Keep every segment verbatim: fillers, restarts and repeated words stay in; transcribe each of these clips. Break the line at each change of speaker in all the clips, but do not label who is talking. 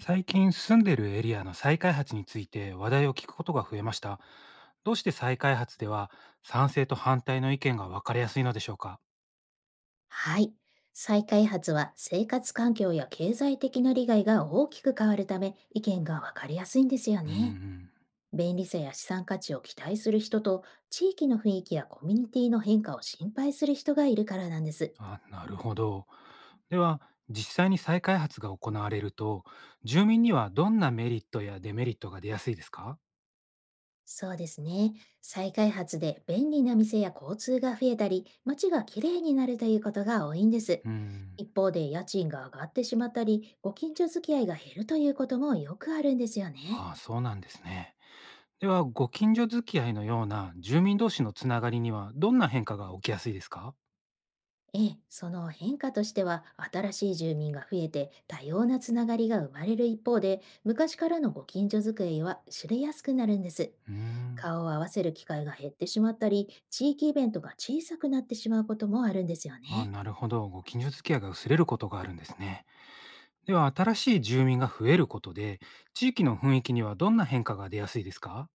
最近住んでるエリアの再開発について話題を聞くことが増えました。どうして再開発では賛成と反対の意見が分かりやすいのでしょうか？
はい。再開発は生活環境や経済的な利害が大きく変わるため、意見が分かりやすいんですよ
うんう
ね。
ん。
便利さや資産価値を期待する人と、地域の雰囲気やコミュニティの変化を心配する人がいるからなんです。
あ、なるほど。では、実際に再開発が行われると、住民にはどんなメリットやデメリットが出やすいですか？
そうですね。再開発で便利な店や交通が増えたり、街がきれいになるということが多いんです。
うん。
一方で、家賃が上がってしまったり、ご近所付き合いが減るということもよくあるんですよね。
ああ、そうなんですね。では、ご近所付き合いのような住民同士のつながりにはどんな変化が起きやすいですか？
ええ、その変化としては、新しい住民が増えて多様なつながりが生まれる一方で、昔からのご近所づくりは知れやすくなるんです。
うん。
顔を合わせる機会が減ってしまったり、地域イベントが小さくなってしまうこともあるんですよ
ああ、
ね。
なるほど。ご近所付き合いが薄れることがあるんですね。では、新しい住民が増えることで、地域の雰囲気にはどんな変化が出やすいですか？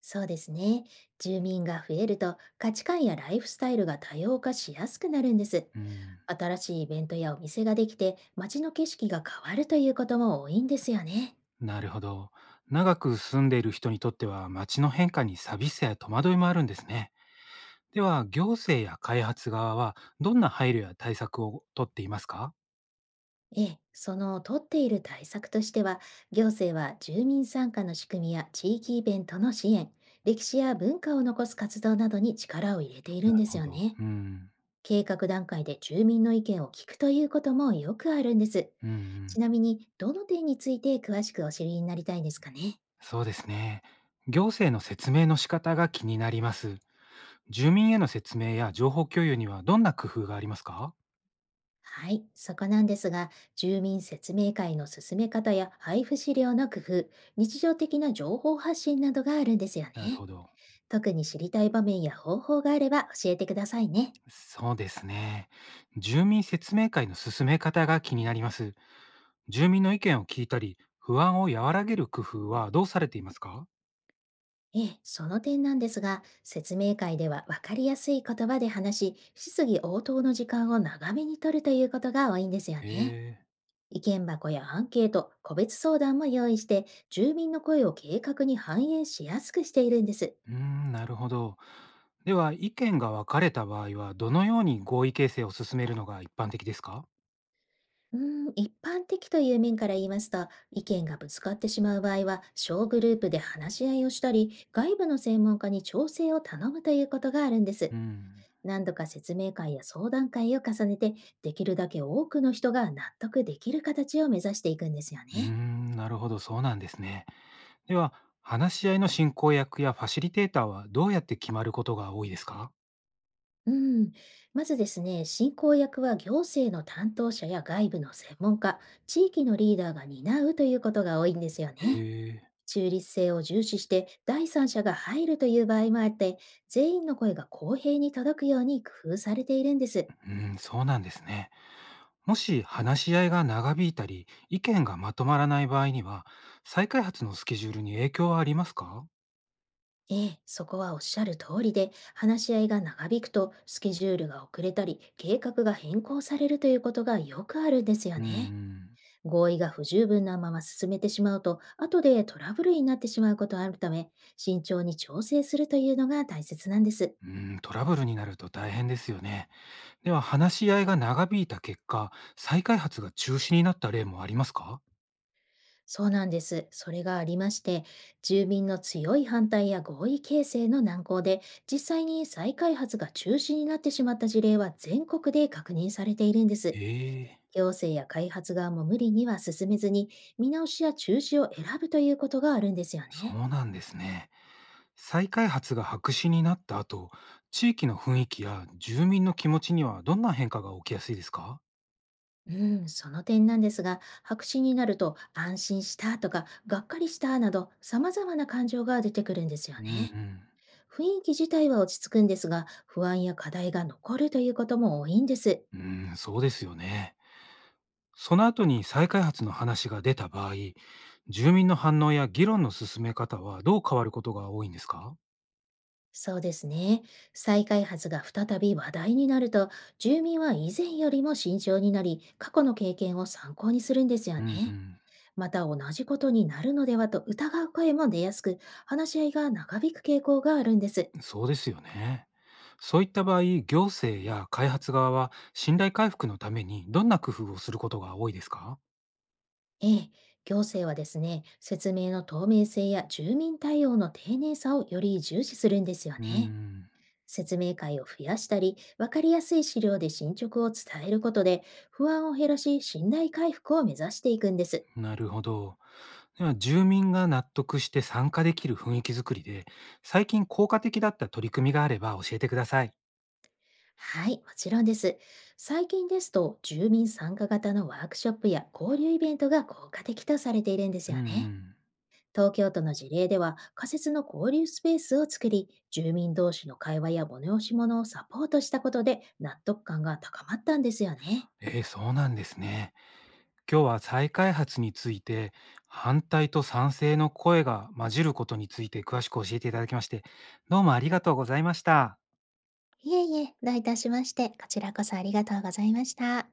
そうですね。住民が増えると、価値観やライフスタイルが多様化しやすくなるんです。
うん、
新しいイベントやお店ができて、街の景色が変わるということも多いんですよね。
なるほど。長く住んでいる人にとっては、街の変化に寂しさや戸惑いもあるんですね。では、行政や開発側は、どんな配慮や対策をとっていますか？
ええ、その取っている対策としては、行政は住民参加の仕組みや地域イベントの支援、歴史や文化を残す活動などに力を入れている
な
ん
る
で
ほ
すよ
ど。
ね。
うん、
計画段階で住民の意見を聞くということもよくあるんです。
うん、うん。
ちなみに、どの点について詳しくお知りになりたいですかね。
そうですね。行政の説明の仕方が気になります。住民への説明や情報共有にはどんな工夫がありますか？
はい、そこなんですが、住民説明会の進め方や配布資料の工夫、日常的な情報発信などがあるんですよ
なる
ね。
ほど。
特に知りたい場面や方法があれば教えてくださいね。
そうですね。住民説明会の進め方が気になります。住民の意見を聞いたり、不安を和らげる工夫はどうされていますか？
ええ、その点なんですが、説明会では分かりやすい言葉で話し、質疑応答の時間を長めに取るということが多いんですよ
へ
ね。
え。
意見箱やアンケート、個別相談も用意して、住民の声を計画に反映しやすくしているんです。
うーん、なるほど。では、意見が分かれた場合は、どのように合意形成を進めるのが一般的ですか？
うーん、一般的という面から言いますと、意見がぶつかってしまう場合は、小グループで話し合いをしたり、外部の専門家に調整を頼むということがあるんです。
うん。
何度か説明会や相談会を重ねて、できるだけ多くの人が納得できる形を目指していくんですよ
うー
ね。
ん、なるほど、そうなんですね。では、話し合いの進行役やファシリテーターはどうやって決まることが多いですか？
うん。まずですね、進行役は行政の担当者や外部の専門家、地域のリーダーが担うということが多いんですよね。
へえ。
中立性を重視して第三者が入るという場合もあって、全員の声が公平に届くように工夫されているんです。
うん、そうなんですね。もし話し合いが長引いたり、意見がまとまらない場合には、再開発のスケジュールに影響はありますか？
ええ、そこはおっしゃる通りで、話し合いが長引くと、スケジュールが遅れたり、計画が変更されるということがよくあるんですよ
うん、う
ね。
ん、
合意が不十分なまま進めてしまうと、後でトラブルになってしまうことがあるため、慎重に調整するというのが大切なんです。
うん、トラブルになると大変ですよね。では、話し合いが長引いた結果、再開発が中止になった例もありますか？
そうなんです。それがありまして、住民の強い反対や合意形成の難航で、実際に再開発が中止になってしまった事例は全国で確認されているんです。
ええ。
行政や開発側も無理には進めずに、見直しや中止を選ぶということがあるんですよ
そ
ね。
うなんですね。再開発が白紙になった後、地域の雰囲気や住民の気持ちにはどんな変化が起きやすいですか？
うん、その点なんですが、白紙になると安心したとか、がっかりしたなど、様々な感情が出てくるんですよ
うん、
ね。
うん、
雰囲気自体は落ち着くんですが、不安や課題が残るということも多いんです。
うん、そうですよね。その後に再開発の話が出た場合、住民の反応や議論の進め方はどう変わることが多いんですか？
そうですね。再開発が再び話題になると、住民は以前よりも慎重になり、過去の経験を参考にするんですよ
う
ね。
ん
また同じことになるのではと疑う声も出やすく、話し合いが長引く傾向があるんです。
うん、そうですよね。そういった場合、行政や開発側は信頼回復のためにどんな工夫をすることが多いですか？
ええ、行政はですね、説明の透明性や住民対応の丁寧さをより重視するんですよ
う
ね。
ん。
説明会を増やしたり、わかりやすい資料で進捗を伝えることで、不安を減らし、信頼回復を目指していくんです。
なるほど。では住民が納得して参加できる雰囲気づくりで、最近効果的だった取り組みがあれば教えてください。
はい、もちろんです。最近ですと、住民参加型のワークショップや交流イベントが効果的とされているんで
う
す
ん
よ
う
ね。
ん。
東京都の事例では、仮設の交流スペースを作り、住民同士の会話や催し物をサポートしたことで納得感が高まったんですよね。
えー、そうなんですね。今日は再開発について、反対と賛成の声が混じることについて詳しく教えていただきまして、どうもありがとうございました。
いえいえ、どういたしまして、こちらこそありがとうございました。